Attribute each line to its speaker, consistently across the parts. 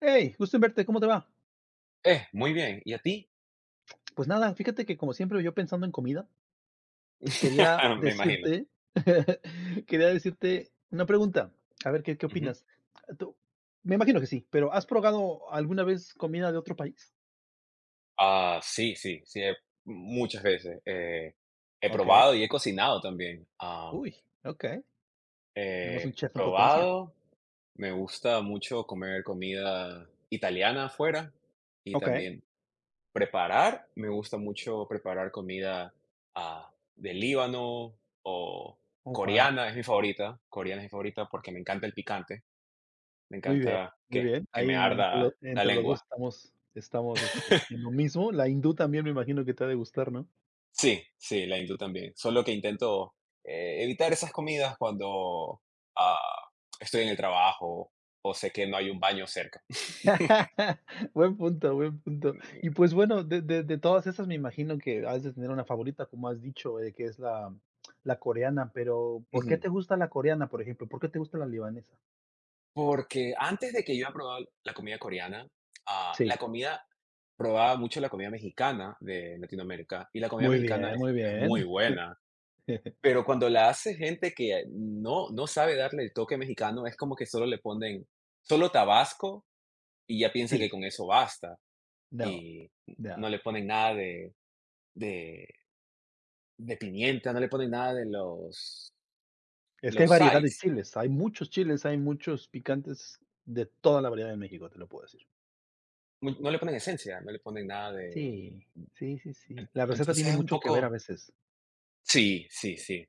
Speaker 1: Hey, gusto en verte, ¿cómo te va?
Speaker 2: Muy bien, ¿y a ti?
Speaker 1: Pues nada, fíjate que como siempre yo pensando en comida, quería
Speaker 2: Me imagino.
Speaker 1: decirte, quería decirte una pregunta, a ver qué
Speaker 2: Ujú.
Speaker 1: opinas. Tú- Me imagino que sí, pero ¿has probado alguna vez comida de otro país?
Speaker 2: Ah, sí, sí, sí, he muchas veces, he
Speaker 1: Ok,
Speaker 2: probado y he cocinado también.
Speaker 1: uy, ok, tenemos
Speaker 2: He
Speaker 1: un chef en potencia.
Speaker 2: probado, me gusta mucho comer comida italiana afuera y
Speaker 1: Ok,
Speaker 2: también preparar, me gusta mucho preparar comida, del Líbano o
Speaker 1: oh, wow,
Speaker 2: coreana, es mi favorita, coreana es mi favorita porque me encanta el picante, me
Speaker 1: muy bien,
Speaker 2: encanta
Speaker 1: muy
Speaker 2: que
Speaker 1: bien.
Speaker 2: que me
Speaker 1: Ahí entre,
Speaker 2: arda la
Speaker 1: entre los dos
Speaker 2: lengua.
Speaker 1: estamos, estamos este, en lo mismo. La hindú también me imagino que te ha de gustar, ¿no?
Speaker 2: Sí, sí, la hindú también. Solo que intento, evitar esas comidas cuando, ah, estoy en el trabajo o sé que no hay un baño cerca.
Speaker 1: Buen punto, buen punto. Y pues bueno, de todas esas me imagino que has de tener una favorita, como has dicho, que es la coreana, pero ¿por qué
Speaker 2: Ujú.
Speaker 1: te gusta la coreana, por ejemplo? ¿Por qué te gusta la libanesa?
Speaker 2: Porque antes de que yo probaba la comida coreana, ah, la
Speaker 1: Sí,
Speaker 2: comida probaba mucho la comida mexicana de Latinoamérica, y la comida
Speaker 1: muy
Speaker 2: mexicana
Speaker 1: bien,
Speaker 2: es
Speaker 1: muy
Speaker 2: es muy
Speaker 1: bien.
Speaker 2: buena, pero cuando la hace gente que no sabe darle el toque mexicano, es como que solo le ponen solo tabasco y ya piensan que
Speaker 1: Sí,
Speaker 2: con eso basta,
Speaker 1: no,
Speaker 2: y
Speaker 1: no.
Speaker 2: no le ponen nada de de de pimienta, no le ponen nada de
Speaker 1: Es que hay
Speaker 2: los
Speaker 1: variedad de
Speaker 2: sides,
Speaker 1: chiles, hay muchos picantes de toda la variedad de México, te lo puedo decir.
Speaker 2: n no le ponen esencia, no le ponen nada de
Speaker 1: Sí, sí, sí, sí. La receta
Speaker 2: entonces
Speaker 1: tiene
Speaker 2: es un
Speaker 1: mucho que ver a
Speaker 2: poco
Speaker 1: veces.
Speaker 2: sí, sí, sí.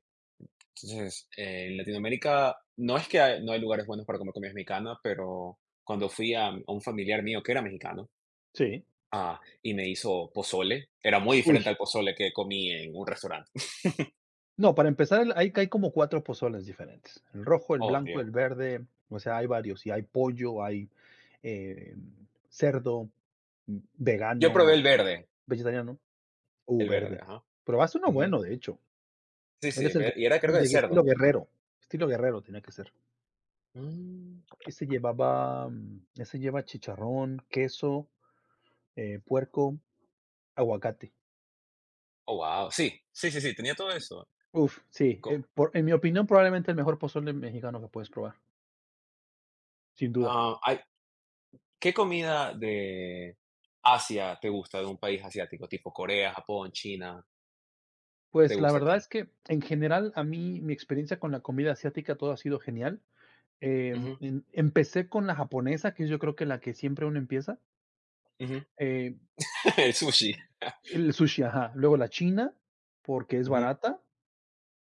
Speaker 2: Entonces, en Latinoamérica no es que hay no hay lugares buenos para comer comida mexicana, pero cuando fui a un familiar mío que era mexicano,
Speaker 1: Sí.
Speaker 2: y me hizo pozole, era muy
Speaker 1: Uy.
Speaker 2: diferente al pozole que comí en un restaurante.
Speaker 1: No, para empezar, el hay como 4 pozoles diferentes. El rojo, el
Speaker 2: Oh,
Speaker 1: blanco,
Speaker 2: Dios.
Speaker 1: el verde, o sea, hay varios, y hay pollo, hay, eh, cerdo, mm,
Speaker 2: Yo probé
Speaker 1: vegano, vegetariano,
Speaker 2: el verde,
Speaker 1: verde.
Speaker 2: ajá.
Speaker 1: Probaste uno
Speaker 2: Ujú.
Speaker 1: bueno, de hecho.
Speaker 2: Sí,
Speaker 1: Él
Speaker 2: sí,
Speaker 1: es el que
Speaker 2: ve y era creo que de
Speaker 1: de
Speaker 2: cerdo.
Speaker 1: estilo guerrero tenía que ser.
Speaker 2: Mm.
Speaker 1: Ese llevaba, mm, ese lleva chicharrón, queso, puerco, aguacate.
Speaker 2: Oh, guau. Sí, sí, sí, sí, tenía todo eso.
Speaker 1: Uf, sí,
Speaker 2: Co
Speaker 1: por en mi opinión, probablemente el mejor pozole mexicano que puedes probar, sin duda.
Speaker 2: ah, hay ¿Qué comida de Asia te gusta, de un país asiático, tipo Corea, Japón, China, te
Speaker 1: Pues la
Speaker 2: gusta a
Speaker 1: verdad
Speaker 2: ti?
Speaker 1: es que, en general, a mí mi experiencia con la comida asiática todo ha sido genial.
Speaker 2: Ujú,
Speaker 1: Empecé con la japonesa, que es yo creo que la que siempre uno empieza,
Speaker 2: ujú.
Speaker 1: eh,
Speaker 2: El sushi.
Speaker 1: el sushi, ajá, luego la china, porque es
Speaker 2: Ujú,
Speaker 1: barata,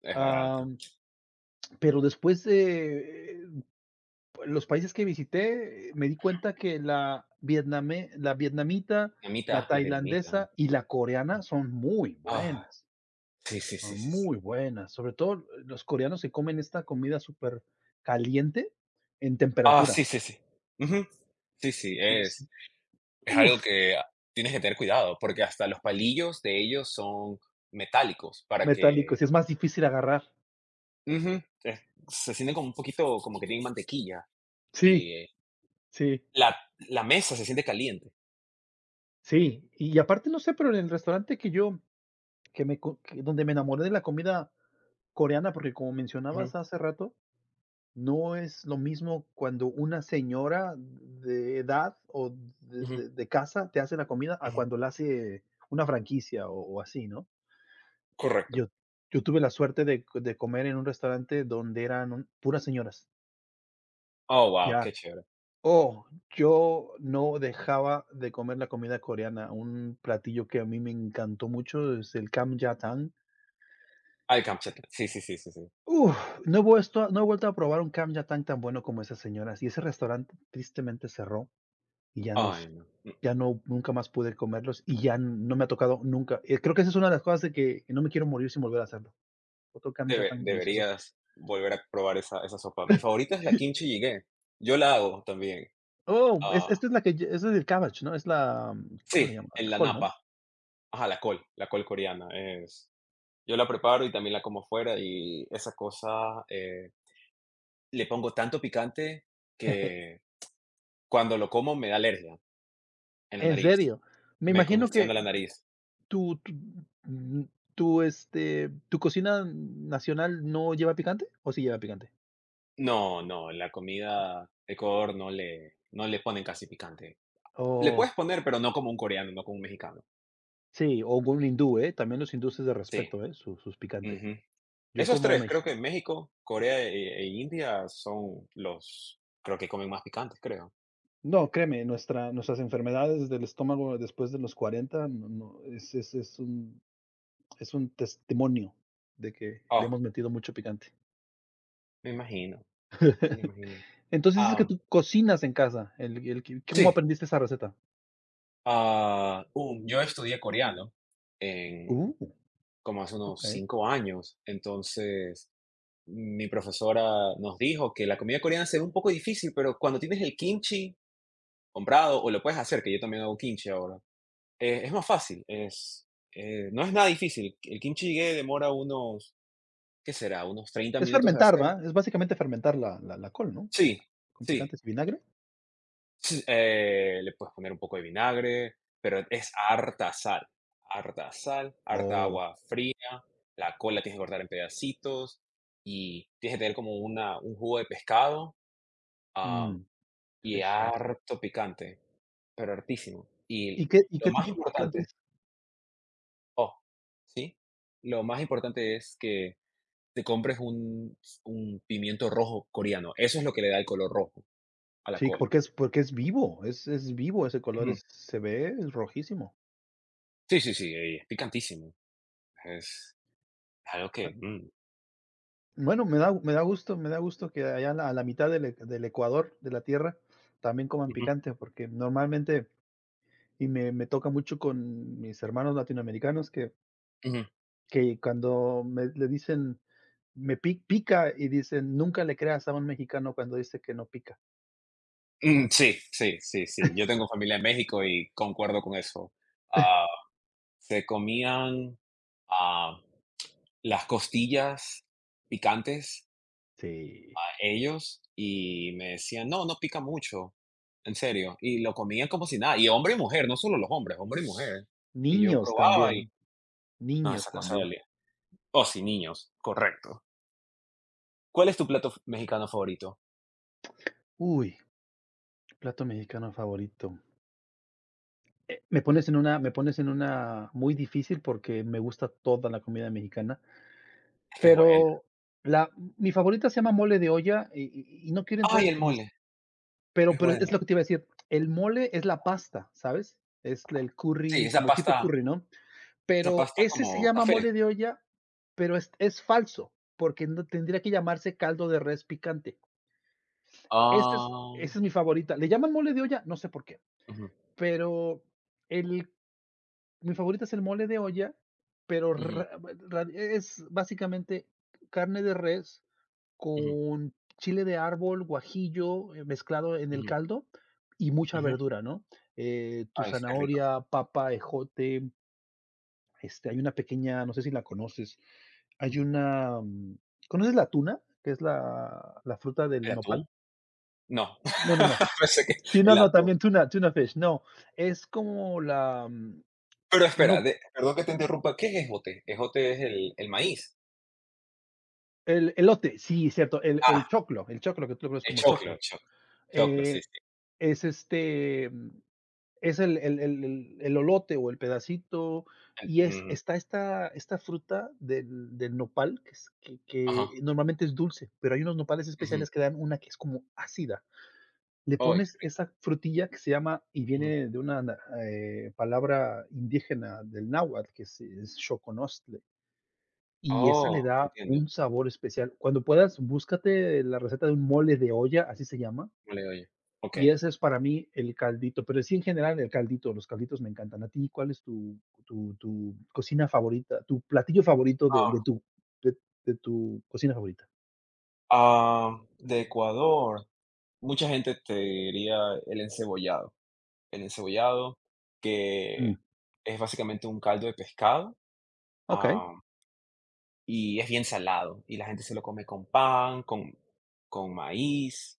Speaker 2: es barato.
Speaker 1: am, pero después de los países que visité, me di cuenta que la vietname la vietnamita, la
Speaker 2: Vietnamita, las vietnamitas. Ujú.
Speaker 1: tailandesa y la coreana son muy
Speaker 2: Ah,
Speaker 1: buenas.
Speaker 2: sí, sí,
Speaker 1: Ah,
Speaker 2: sí, sí, sí.
Speaker 1: muy buenas, sobre todo los coreanos que comen esta comida súper caliente en
Speaker 2: Ah,
Speaker 1: temperatura.
Speaker 2: sí, sí, sí. Ujú. Sí, sí,
Speaker 1: Y yo
Speaker 2: es
Speaker 1: así,
Speaker 2: es
Speaker 1: uf,
Speaker 2: algo que tienes que tener cuidado, porque hasta los palillos de ellos son metálicos para
Speaker 1: metálico,
Speaker 2: que
Speaker 1: y es más difícil agarrar.
Speaker 2: ujú, se sienten como un poquito como que tienen mantequilla
Speaker 1: Sí,
Speaker 2: y
Speaker 1: sí,
Speaker 2: La la mesa se siente caliente.
Speaker 1: sí, y aparte no sé, pero en el restaurante que yo que me co que donde me enamoré de la comida coreana, porque como
Speaker 2: Ujú,
Speaker 1: mencionabas hace rato, no es lo mismo cuando una señora de edad o de
Speaker 2: ujú,
Speaker 1: de de casa te hace la comida a
Speaker 2: ujú,
Speaker 1: cuando la hace una franquicia o así, ¿no?
Speaker 2: correcto.
Speaker 1: Yo yo tuve la suerte de comer en un restaurante donde eran un puras señoras.
Speaker 2: Oh, wow,
Speaker 1: Ya.
Speaker 2: qué chévere.
Speaker 1: Oh, yo no dejaba de comer la comida coreana. Un platillo que a mí me encantó mucho es el Kamjatang.
Speaker 2: Ay, Kamchatka. Sí, sí, sí, sí, sí.
Speaker 1: Uf, no he vuelto, no he vuelto a probar un Kamjatang tan bueno como esas señoras. Y ese restaurante tristemente cerró y ya
Speaker 2: Ay,
Speaker 1: nos
Speaker 2: no.
Speaker 1: ya no nunca más pude comerlos y ya no me ha tocado nunca. Creo que esa es una de las cosas de que no me quiero morir sin volver a hacerlo. Otro
Speaker 2: Debe
Speaker 1: Kamjatang delicioso.
Speaker 2: deberías volver a probar esa sopa. Mi favorita es la kimchi jjigae. Yo la hago también.
Speaker 1: Oh, es
Speaker 2: Ah,
Speaker 1: esta es la que ye ese es el cabbage, ¿no? Es la, mm, ¿cómo
Speaker 2: sí,
Speaker 1: le llaman?
Speaker 2: en
Speaker 1: El
Speaker 2: la
Speaker 1: col, ¿no?
Speaker 2: napa. Ajá, la col coreana es yo la preparo y también la como fuera y esa cosa, le pongo tanto picante que cuando lo como me da alergia en la
Speaker 1: ¿En
Speaker 2: nariz,
Speaker 1: serio? Me
Speaker 2: me
Speaker 1: imagino
Speaker 2: congestiona
Speaker 1: que
Speaker 2: la nariz.
Speaker 1: tu tu, mm, tu, este, ¿tu cocina nacional no lleva picante o sí lleva picante?
Speaker 2: No, no, la comida de Ecuador no le ponen casi picante. Le
Speaker 1: Oh,
Speaker 2: puedes poner, pero no como un coreano, no como un mexicano.
Speaker 1: sí, o un hindú, ¿eh? También los hindúes de
Speaker 2: Sí,
Speaker 1: respeto, ¿eh? Su Sus picante.
Speaker 2: ujú.
Speaker 1: Yo
Speaker 2: Esos
Speaker 1: como
Speaker 2: 3 creo que
Speaker 1: mexicano.
Speaker 2: México, Corea e India son los creo que comen más picantes, creo.
Speaker 1: No, créeme, nuestras enfermedades del estómago después de los 40 no es es un testimonio de que le
Speaker 2: Oh,
Speaker 1: hemos metido mucho picante.
Speaker 2: me imagino, me imagino.
Speaker 1: Entonces dices que
Speaker 2: Ah,
Speaker 1: tú cocinas en casa. El que cómo
Speaker 2: sí,
Speaker 1: aprendiste esa receta?
Speaker 2: yo estudié coreano en
Speaker 1: Uh,
Speaker 2: como hace unos
Speaker 1: okey.
Speaker 2: 5 años, entonces mi profesora nos dijo que la comida coreana se ve un poco difícil, pero cuando tienes el kimchi comprado o lo puedes hacer, que yo también hago kimchi ahora. Es más fácil, es, no es nada difícil. El kimchi jjigae demora unos, ¿qué será? Unos 30
Speaker 1: Es
Speaker 2: minutos de
Speaker 1: fermentar,
Speaker 2: hacer.
Speaker 1: ¿va? Es básicamente fermentar la col, ¿no?
Speaker 2: Sí,
Speaker 1: Con
Speaker 2: sí.
Speaker 1: picantes y vinagre?
Speaker 2: Sí, le puedes poner un poco de vinagre, pero es harta sal, harta sal, harta
Speaker 1: Oh,
Speaker 2: agua fría, la cola tienes que cortar en pedacitos y tienes que tener como una, un jugo de pescado am,
Speaker 1: mm,
Speaker 2: y
Speaker 1: fish sauce.
Speaker 2: harto picante, pero hartísimo.
Speaker 1: ¿Y
Speaker 2: Y lo
Speaker 1: qué
Speaker 2: más
Speaker 1: tipo de picantes?
Speaker 2: importante. Oh, ¿sí? Lo más importante es que te compres un pimiento rojo coreano. Eso es lo que le da el color rojo a la
Speaker 1: Sí,
Speaker 2: col.
Speaker 1: porque es vivo, es vivo ese color,
Speaker 2: Ujú.
Speaker 1: es se ve, es rojísimo.
Speaker 2: Sí, sí, sí, y es picantísimo. Es algo
Speaker 1: Ah,
Speaker 2: que, mm.
Speaker 1: bueno, me da gusto que allá a la mitad del del Ecuador, de la tierra, también coman
Speaker 2: Ujú.
Speaker 1: picante, porque normalmente y me toca mucho con mis hermanos latinoamericanos que
Speaker 2: Ujú.
Speaker 1: Que cuando me le dicen: "Me pi pica", y dicen: "Nunca le creas a un mexicano cuando dice que no pica".
Speaker 2: Mm, sí, sí, sí, sí. Yo tengo familia en México y concuerdo con eso. Ah, Se comían, ah, las costillas picantes
Speaker 1: Sí.
Speaker 2: ellos y me decían: "No, no pica mucho, en serio". Y lo comían como si nada, y hombre y mujer, no solo los hombres, hombre y mujer. Y yo
Speaker 1: Niños
Speaker 2: probaba y
Speaker 1: también,
Speaker 2: no,
Speaker 1: niños
Speaker 2: esa cosa
Speaker 1: también.
Speaker 2: dolía. Oh, sí, niños, correcto. ¿Cuál es tu plato f mexicano favorito?
Speaker 1: Uy, plato mexicano favorito. Me pones en una muy difícil porque me gusta toda la comida mexicana,
Speaker 2: Es que es buena.
Speaker 1: pero la mi favorita se llama mole de olla y no quiero entrar
Speaker 2: Ay,
Speaker 1: en
Speaker 2: el
Speaker 1: tecnic
Speaker 2: mole, es
Speaker 1: pero es
Speaker 2: bueno.
Speaker 1: lo que te iba a decir, el mole es la pasta, ¿sabes? Es el
Speaker 2: Sí,
Speaker 1: curry,
Speaker 2: esa
Speaker 1: como tipo
Speaker 2: pasta
Speaker 1: curry, ¿no?
Speaker 2: esa
Speaker 1: Pero
Speaker 2: pasta
Speaker 1: ese se
Speaker 2: como
Speaker 1: llama
Speaker 2: café.
Speaker 1: mole de olla, pero es falso, porque no tendría que llamarse caldo de res picante. Este es
Speaker 2: Ah,
Speaker 1: esa es mi favorita. Le llaman mole de olla, no sé por qué,
Speaker 2: Ujú,
Speaker 1: pero el mi favorita es el mole de olla, pero
Speaker 2: ujú,
Speaker 1: ra ra es básicamente carne de res
Speaker 2: ujú,
Speaker 1: con chile de árbol, guajillo, mezclado en el
Speaker 2: ujú,
Speaker 1: caldo y mucha
Speaker 2: ujú.
Speaker 1: verdura, ¿no? Tu
Speaker 2: Ay, qué rico.
Speaker 1: zanahoria, papa, ejote, este, hay una pequeña, no sé si la conoces. Hay
Speaker 2: Ujú.
Speaker 1: una, mm, ¿conoces la tuna? Que es la fruta
Speaker 2: ¿El
Speaker 1: del nopal.
Speaker 2: atún? No,
Speaker 1: No, no, no.
Speaker 2: pensé que
Speaker 1: Sí, no,
Speaker 2: el
Speaker 1: no,
Speaker 2: atún.
Speaker 1: también tuna tuna fish, no. Es como la, mm,
Speaker 2: Pero
Speaker 1: el
Speaker 2: espera,
Speaker 1: no
Speaker 2: de perdón que te interrumpa, ¿qué es ejote? Ejote es el maíz.
Speaker 1: el elote, sí, cierto,
Speaker 2: Ah,
Speaker 1: el choclo, que tú lo conoces
Speaker 2: el
Speaker 1: como
Speaker 2: choclo, el
Speaker 1: choclo.
Speaker 2: choclo, sí,
Speaker 1: Eh,
Speaker 2: sí.
Speaker 1: es, este, mm, es el elote o el pedacito,
Speaker 2: En
Speaker 1: y es
Speaker 2: Ujú,
Speaker 1: está esta fruta del del nopal, que es
Speaker 2: ajá,
Speaker 1: que normalmente es dulce, pero hay unos nopales
Speaker 2: ujú.
Speaker 1: especiales que dan una que es como ácida. Le
Speaker 2: Ay, qué
Speaker 1: pones
Speaker 2: rico.
Speaker 1: esa frutilla que se llama, y
Speaker 2: Ujú.
Speaker 1: viene de una palabra indígena del náhuatl, que es xoconostle, y esa le
Speaker 2: Oh,
Speaker 1: da
Speaker 2: entiendo,
Speaker 1: un sabor especial. Cuando puedas, búscate la receta de un mole de olla, así se llama,
Speaker 2: mole oye okey.
Speaker 1: y ese es para mí el caldito, pero sí en general el caldito, los calditos me encantan. ¿A ti cuál es tu cocina favorita, tu platillo favorito de
Speaker 2: Ah,
Speaker 1: tu, de, de tu cocina favorita?
Speaker 2: de Ecuador, mucha gente te diría el encebollado. El encebollado,
Speaker 1: Mm,
Speaker 2: que es básicamente un caldo de pescado,
Speaker 1: ok,
Speaker 2: ah, y es bien salado, y la gente se lo come con pan, con maíz,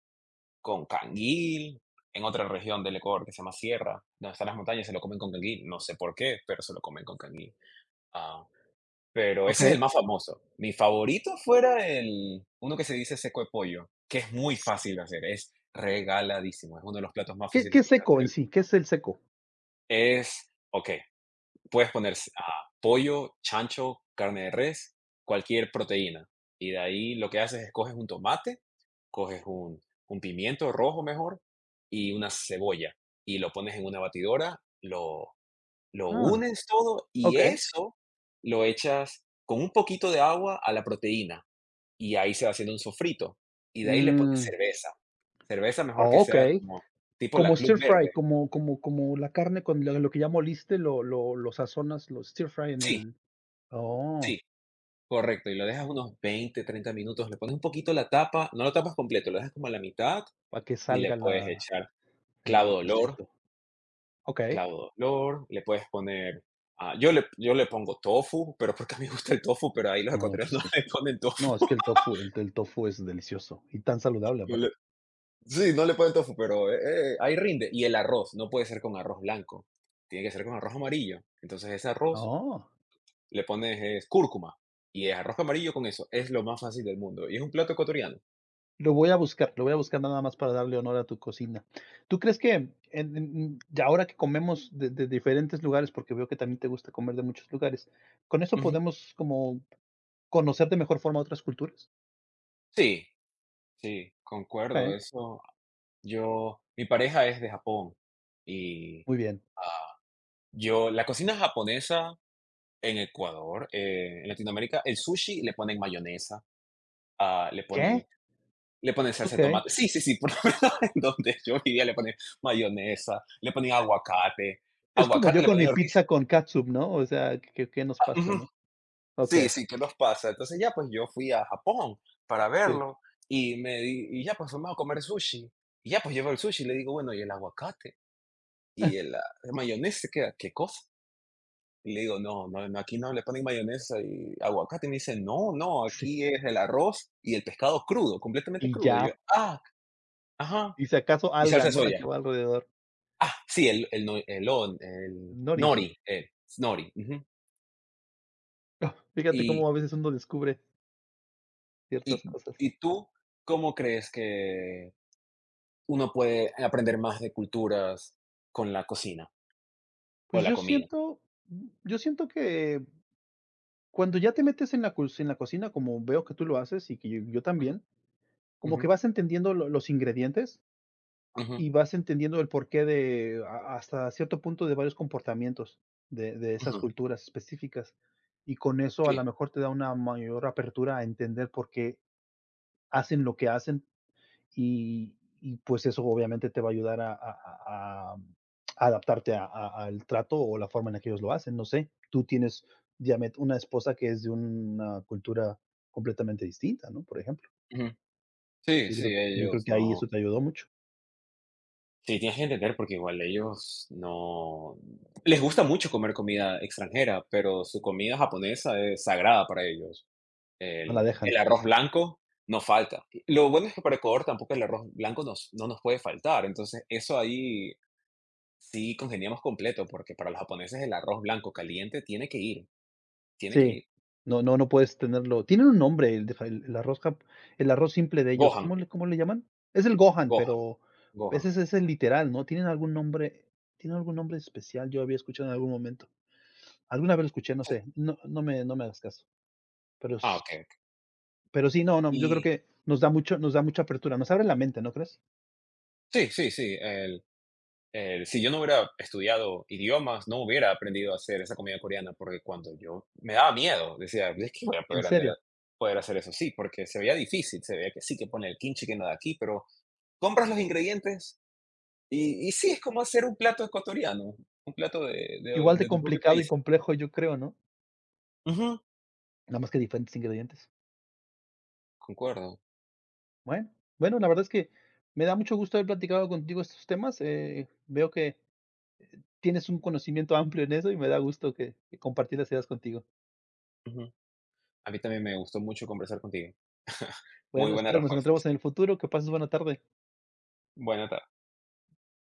Speaker 2: con canguil, en otra región del Ecuador que se llama Sierra, donde están las montañas, se lo comen con canguil, no sé por qué, pero se lo comen con canguil. Ah, pero
Speaker 1: ok.
Speaker 2: ese es el más famoso. Mi favorito fuera el uno que se dice seco de pollo, que es muy fácil de hacer, es regaladísimo, es uno de los platos más fáciles de
Speaker 1: ¿Qué es seco
Speaker 2: hacer.
Speaker 1: en sí? ¿Qué es el seco?
Speaker 2: Ok, puedes poner pollo, chancho, carne de res, cualquier proteína. Y de ahí lo que haces es coges un tomate, coges un pimiento rojo mejor y una cebolla y lo pones en una batidora, lo
Speaker 1: Ah,
Speaker 2: unes todo y
Speaker 1: ok.
Speaker 2: eso lo echas con un poquito de agua a la proteína y ahí se va haciendo un sofrito. Y de ahí le pones
Speaker 1: Mm,
Speaker 2: cerveza. Cerveza mejor que sea
Speaker 1: okey.
Speaker 2: como tipo la
Speaker 1: Como
Speaker 2: Club
Speaker 1: stir fry,
Speaker 2: Verde.
Speaker 1: como la carne con lo que ya moliste, lo sazonas, lo stir fry en
Speaker 2: Sí,
Speaker 1: el oh,
Speaker 2: sí, correcto, y lo dejas unos 20 30 minutos, le pones un poquito la tapa, no lo tapas completo, lo dejas como a la mitad
Speaker 1: para que
Speaker 2: y le
Speaker 1: salga
Speaker 2: puedes
Speaker 1: la
Speaker 2: echar
Speaker 1: el
Speaker 2: clavo de olor,
Speaker 1: vaporcito. Okey.
Speaker 2: clavo de olor, le puedes poner, yo le pongo tofu, pero porque a mí me gusta el tofu, pero ahí los
Speaker 1: No,
Speaker 2: ecuatorianos
Speaker 1: es
Speaker 2: no
Speaker 1: que
Speaker 2: le ponen tofu.
Speaker 1: no, es que el tofu es delicioso y tan saludable
Speaker 2: No le
Speaker 1: aparte.
Speaker 2: Sí, no le ponen tofu, pero, ahí rinde. Y el arroz, no puede ser con arroz blanco, tiene que ser con arroz amarillo. Entonces ese arroz
Speaker 1: Oh,
Speaker 2: le pones, es cúrcuma y es arroz amarillo con eso, es lo más fácil del mundo y es un plato ecuatoriano.
Speaker 1: lo voy a buscar, lo voy a buscar nada más para darle honor a tu cocina. ¿Tú crees que en ya ahora que comemos de diferentes lugares, porque veo que también te gusta comer de muchos lugares, con eso
Speaker 2: Ujú.
Speaker 1: podemos como conocer de mejor forma otras culturas.
Speaker 2: Sí. Sí, concuerdo,
Speaker 1: Okey,
Speaker 2: eso yo mi pareja es de Japón y,
Speaker 1: muy bien.
Speaker 2: ah, yo la cocina japonesa en Ecuador, en Latinoamérica, el sushi le ponen mayonesa, le ponen
Speaker 1: ¿Qué?
Speaker 2: salsa de
Speaker 1: Okey.
Speaker 2: tomate. Sí, sí, sí, por lo menos en donde yo vivía le ponen mayonesa, le ponen aguacate,
Speaker 1: Es como yo
Speaker 2: aguacate le
Speaker 1: con
Speaker 2: ponen
Speaker 1: mi
Speaker 2: orquiza.
Speaker 1: pizza con catsup, ¿no? O sea, ¿qué qué nos pasa,
Speaker 2: Ujú.
Speaker 1: no?
Speaker 2: Sí,
Speaker 1: Okey,
Speaker 2: sí, ¿qué nos pasa? Entonces ya, pues, yo fui a Japón para
Speaker 1: sí.
Speaker 2: verlo y me di y ya, pues, vamos a comer sushi. Y ya, pues, llevo el sushi y le digo: "Bueno, ¿y el aguacate?". Y el, mayonesa ¿qué cosa? Y le digo, no, no, no, aquí no le ponen mayonesa y aguacate. Y me dice, no, no,
Speaker 1: Sí,
Speaker 2: aquí es el arroz y el pescado crudo, completamente
Speaker 1: y
Speaker 2: crudo. Y yo,
Speaker 1: ya.
Speaker 2: ah, ajá.
Speaker 1: Y si acaso
Speaker 2: Y
Speaker 1: alga,
Speaker 2: salsa de
Speaker 1: ¿no? La
Speaker 2: soya.
Speaker 1: que va alrededor.
Speaker 2: Ah, sí, el, no- el, on- el
Speaker 1: Nori.
Speaker 2: nori, el nori. Ujú.
Speaker 1: Fíjate
Speaker 2: Y,
Speaker 1: cómo a veces uno descubre ciertas
Speaker 2: y,
Speaker 1: cosas.
Speaker 2: ¿Y tú cómo crees que uno puede aprender más de culturas con la cocina o
Speaker 1: Pues
Speaker 2: la comida?
Speaker 1: yo siento que cuando ya te metes en la cus en la cocina, como veo que tú lo haces y que yo
Speaker 2: Ujú,
Speaker 1: también, como
Speaker 2: ujú,
Speaker 1: que vas entendiendo lo los ingredientes
Speaker 2: ujú,
Speaker 1: y vas entendiendo el porqué de ha hasta cierto punto de varios comportamientos de esas
Speaker 2: ujú.
Speaker 1: culturas específicas, y con eso a lo
Speaker 2: Sí,
Speaker 1: mejor te da una mayor apertura a entender por qué hacen lo que hacen, y pues eso obviamente te va a ayudar a adaptarte a al trato o la forma en la que ellos lo hacen, no sé. Tú tienes diamet una esposa que es de una cultura completamente distinta, ¿no? Por ejemplo,
Speaker 2: ujú. Sí, sí,
Speaker 1: yo creo
Speaker 2: ellos
Speaker 1: que ahí eso
Speaker 2: no.
Speaker 1: te ayudó mucho,
Speaker 2: Sí, tienes que entender, porque igual ellos no les gusta mucho comer comida extranjera, pero su comida japonesa es sagrada para ellos.
Speaker 1: no la
Speaker 2: El
Speaker 1: dejan.
Speaker 2: arroz blanco no falta. Lo bueno es que para Ecuador tampoco el arroz blanco nos no nos puede faltar, entonces eso ahí sí congeniamos completo, porque para los japoneses el arroz blanco caliente tiene que ir, tiene que
Speaker 1: Sí,
Speaker 2: ir.
Speaker 1: no puedes tenerlo tienen un nombre, el de ja el arroz jap el arroz simple de ellos,
Speaker 2: Gohan,
Speaker 1: cómo le llaman? Es el Gohan,
Speaker 2: Gohan,
Speaker 1: pero
Speaker 2: Gohan.
Speaker 1: ese es el literal, ¿no? ¿Tienen algún nombre tiene algún nombre especial? Yo había escuchado en algún momento. Alguna vez lo escuché, no
Speaker 2: Sí.
Speaker 1: sé, no me hagas caso, pero
Speaker 2: Ah,
Speaker 1: s
Speaker 2: okey, okey.
Speaker 1: pero sí, no, no, yo creo
Speaker 2: Y
Speaker 1: que nos da mucha apertura, nos abre la mente, ¿no crees?
Speaker 2: sí, sí, sí, el si yo no hubiera estudiado idiomas, no hubiera aprendido a hacer esa comida coreana, porque cuando yo me daba miedo, decía, es que voy a
Speaker 1: En
Speaker 2: poder,
Speaker 1: serio,
Speaker 2: poder hacer eso, sí, porque se veía difícil, se veía que sí, que pone el kimchi, que nada aquí, pero compras los ingredientes y sí, es como hacer un plato ecuatoriano, un plato
Speaker 1: igual de
Speaker 2: de tu propio
Speaker 1: complicado y
Speaker 2: país.
Speaker 1: complejo, yo creo, ¿no?
Speaker 2: Ujú,
Speaker 1: Nada más que diferentes ingredientes.
Speaker 2: concuerdo.
Speaker 1: Bueno, bueno, la verdad es que me da mucho gusto haber platicado contigo estos temas, veo que tienes un conocimiento amplio en eso y me da gusto que compartí las ideas contigo.
Speaker 2: Ujú. A mí también me gustó mucho conversar contigo. Muy
Speaker 1: Bueno,
Speaker 2: buenas
Speaker 1: espero que nos
Speaker 2: respuestas.
Speaker 1: encontremos en el futuro. Que pases buena tarde.
Speaker 2: Buena tarde.